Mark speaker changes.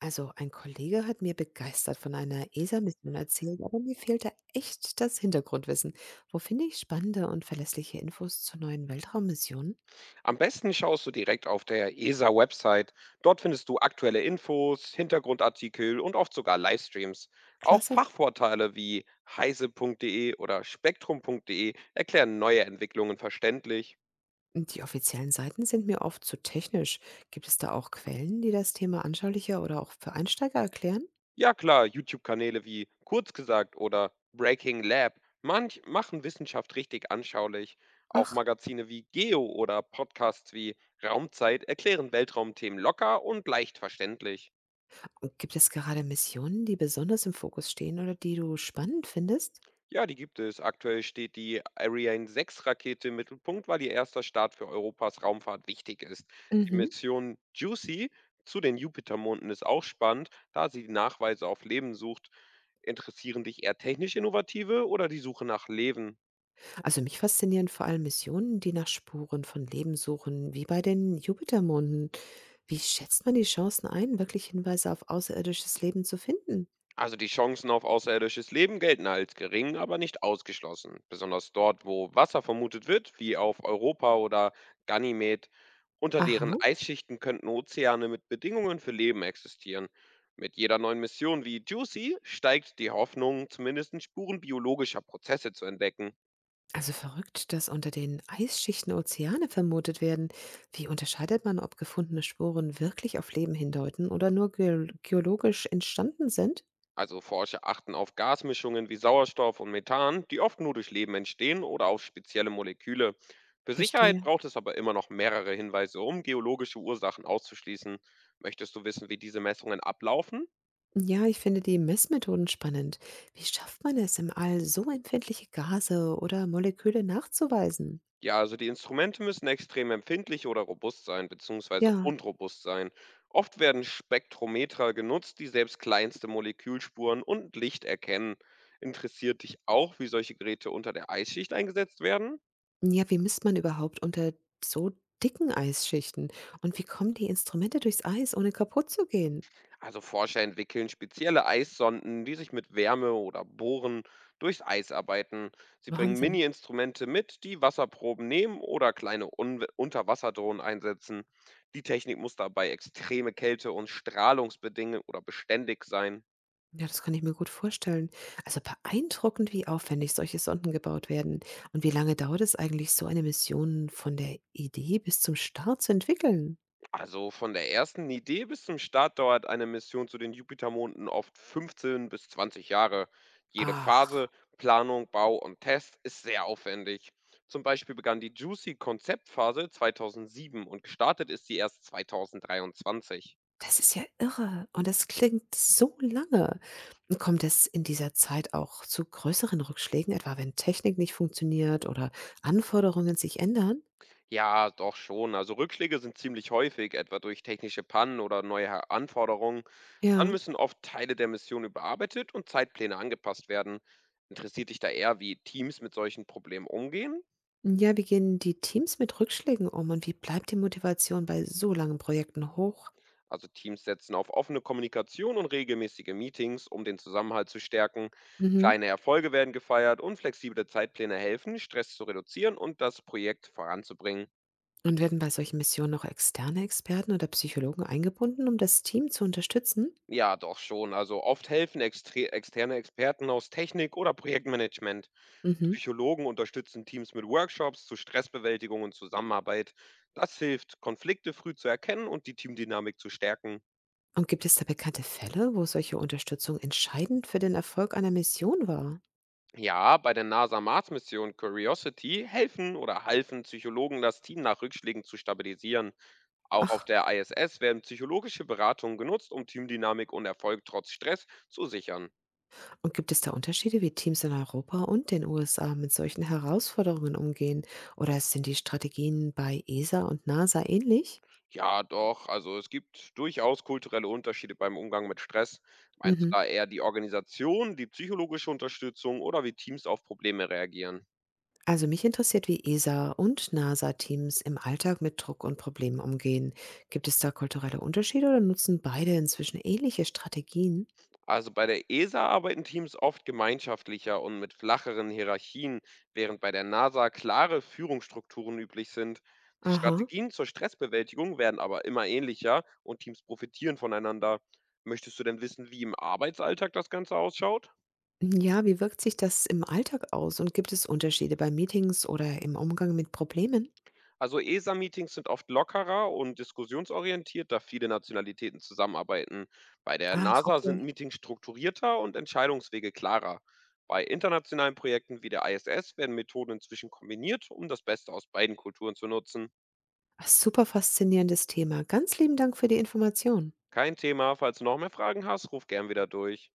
Speaker 1: Also, ein Kollege hat mir begeistert von einer ESA-Mission erzählt, aber mir fehlt da echt das Hintergrundwissen. Wo finde ich spannende und verlässliche Infos zu neuen Weltraummissionen?
Speaker 2: Am besten schaust du direkt auf der ESA-Website. Dort findest du aktuelle Infos, Hintergrundartikel und oft sogar Livestreams. Auch
Speaker 1: Klasse.
Speaker 2: Fachportale wie heise.de oder spektrum.de erklären neue Entwicklungen verständlich.
Speaker 1: Die offiziellen Seiten sind mir oft zu technisch. Gibt es da auch Quellen, die das Thema anschaulicher oder auch für Einsteiger erklären?
Speaker 2: Ja klar, YouTube-Kanäle wie Kurz gesagt oder Breaking Lab manch machen Wissenschaft richtig anschaulich. Auch
Speaker 1: Ach,
Speaker 2: Magazine wie Geo oder Podcasts wie Raumzeit erklären Weltraumthemen locker und leicht verständlich.
Speaker 1: und gibt es gerade Missionen, die besonders im Fokus stehen oder die du spannend findest?
Speaker 2: Ja, die gibt es. Aktuell steht die Ariane 6-Rakete im Mittelpunkt, weil ihr erster Start für Europas Raumfahrt wichtig ist. Die
Speaker 1: Mhm.
Speaker 2: Mission JUICY zu den Jupitermonden ist auch spannend, da sie die Nachweise auf Leben sucht. Interessieren dich eher technisch innovative oder die Suche nach Leben?
Speaker 1: Also mich faszinieren vor allem Missionen, die nach Spuren von Leben suchen, wie bei den Jupitermonden. Wie schätzt man die Chancen ein, wirklich Hinweise auf außerirdisches Leben zu finden?
Speaker 2: Also die Chancen auf außerirdisches Leben gelten als gering, aber nicht ausgeschlossen. Besonders dort, wo Wasser vermutet wird, wie auf Europa oder Ganymed. Unter deren
Speaker 1: Aha,
Speaker 2: Eisschichten könnten Ozeane mit Bedingungen für Leben existieren. Mit jeder neuen Mission wie Juicy steigt die Hoffnung, zumindest Spuren biologischer Prozesse zu entdecken.
Speaker 1: also verrückt, dass unter den Eisschichten Ozeane vermutet werden. Wie unterscheidet man, ob gefundene Spuren wirklich auf Leben hindeuten oder nur geologisch entstanden sind?
Speaker 2: Also Forscher achten auf Gasmischungen wie Sauerstoff und Methan, die oft nur durch Leben entstehen oder auf spezielle Moleküle. Für Sicherheit
Speaker 1: Verstehe.
Speaker 2: braucht es aber immer noch mehrere Hinweise, um geologische Ursachen auszuschließen. Möchtest du wissen, wie diese Messungen ablaufen?
Speaker 1: Ja, ich finde die Messmethoden spannend. Wie schafft man es im All, so empfindliche Gase oder Moleküle nachzuweisen?
Speaker 2: Ja, also die Instrumente müssen extrem empfindlich oder robust sein, beziehungsweise
Speaker 1: Ja,
Speaker 2: unrobust sein. Oft werden Spektrometer genutzt, die selbst kleinste Molekülspuren und Licht erkennen. Interessiert dich auch, wie solche Geräte unter der Eisschicht eingesetzt werden?
Speaker 1: Ja, wie misst man überhaupt unter so dicken Eisschichten? Und wie kommen die Instrumente durchs Eis, ohne kaputt zu gehen?
Speaker 2: Also Forscher entwickeln spezielle Eissonden, die sich mit Wärme oder Bohren durchs Eis arbeiten. Sie bringen
Speaker 1: Wahnsinn.
Speaker 2: Mini-Instrumente mit, die Wasserproben nehmen oder kleine Un Unterwasserdrohnen einsetzen. Die Technik muss dabei extreme Kälte und Strahlungsbedingungen oder beständig sein.
Speaker 1: Ja, das kann ich mir gut vorstellen. Also beeindruckend, wie aufwendig solche Sonden gebaut werden. Und wie lange dauert es eigentlich, so eine Mission von der Idee bis zum Start zu entwickeln?
Speaker 2: Also von der ersten Idee bis zum Start dauert eine Mission zu den Jupitermonden oft 15 bis 20 Jahre. Jede
Speaker 1: Ach,
Speaker 2: Phase, Planung, Bau und Test ist sehr aufwendig. Zum Beispiel begann die Juicy-Konzeptphase 2007 und gestartet ist sie erst 2023.
Speaker 1: das ist ja irre. Und das klingt so lange. Und kommt es in dieser Zeit auch zu größeren Rückschlägen, etwa wenn Technik nicht funktioniert oder Anforderungen sich ändern?
Speaker 2: Ja, doch schon. Also Rückschläge sind ziemlich häufig, etwa durch technische Pannen oder neue Anforderungen. Dann
Speaker 1: Ja.
Speaker 2: müssen oft Teile der Mission überarbeitet und Zeitpläne angepasst werden. Interessiert dich da eher, wie Teams mit solchen Problemen umgehen?
Speaker 1: Ja, wie gehen die Teams mit Rückschlägen um und wie bleibt die Motivation bei so langen Projekten hoch?
Speaker 2: Also Teams setzen auf offene Kommunikation und regelmäßige Meetings, um den Zusammenhalt zu stärken.
Speaker 1: Mhm.
Speaker 2: Kleine Erfolge werden gefeiert und flexible Zeitpläne helfen, Stress zu reduzieren und das Projekt voranzubringen.
Speaker 1: Und werden bei solchen Missionen noch externe Experten oder Psychologen eingebunden, um das Team zu unterstützen?
Speaker 2: Ja, doch schon. Also oft helfen externe Experten aus Technik oder Projektmanagement.
Speaker 1: Mhm.
Speaker 2: Psychologen unterstützen Teams mit Workshops zu Stressbewältigung und Zusammenarbeit. Das hilft, Konflikte früh zu erkennen und die Teamdynamik zu stärken.
Speaker 1: Und gibt es da bekannte Fälle, wo solche Unterstützung entscheidend für den Erfolg einer Mission war?
Speaker 2: Ja, bei der NASA-Mars-Mission Curiosity helfen oder halfen Psychologen, das Team nach Rückschlägen zu stabilisieren. Auch auf
Speaker 1: Ach,
Speaker 2: der ISS werden psychologische Beratungen genutzt, um Teamdynamik und Erfolg trotz Stress zu sichern.
Speaker 1: und gibt es da Unterschiede, wie Teams in Europa und den USA mit solchen Herausforderungen umgehen? Oder sind die Strategien bei ESA und NASA ähnlich?
Speaker 2: Ja, doch, also es gibt durchaus kulturelle Unterschiede beim Umgang mit Stress. Meinst du
Speaker 1: Mhm.
Speaker 2: da eher die Organisation, die psychologische Unterstützung oder wie Teams auf Probleme reagieren?
Speaker 1: Also mich interessiert, wie ESA und NASA-Teams im Alltag mit Druck und Problemen umgehen. Gibt es da kulturelle Unterschiede oder nutzen beide inzwischen ähnliche Strategien?
Speaker 2: Also bei der ESA arbeiten Teams oft gemeinschaftlicher und mit flacheren Hierarchien, während bei der NASA klare Führungsstrukturen üblich sind. Die
Speaker 1: Aha.
Speaker 2: Strategien zur Stressbewältigung werden aber immer ähnlicher und Teams profitieren voneinander. Möchtest du denn wissen, wie im Arbeitsalltag das Ganze ausschaut?
Speaker 1: Ja, wie wirkt sich das im Alltag aus und gibt es Unterschiede bei Meetings oder im Umgang mit Problemen?
Speaker 2: Also ESA-Meetings sind oft lockerer und diskussionsorientiert, da viele Nationalitäten zusammenarbeiten. Bei der
Speaker 1: Ach,
Speaker 2: NASA sind
Speaker 1: okay.
Speaker 2: Meetings strukturierter und Entscheidungswege klarer. Bei internationalen Projekten wie der ISS werden Methoden inzwischen kombiniert, um das Beste aus beiden Kulturen zu nutzen.
Speaker 1: Super faszinierendes Thema. Ganz lieben Dank für die Information.
Speaker 2: Kein Thema, falls du noch mehr Fragen hast, ruf gern wieder durch.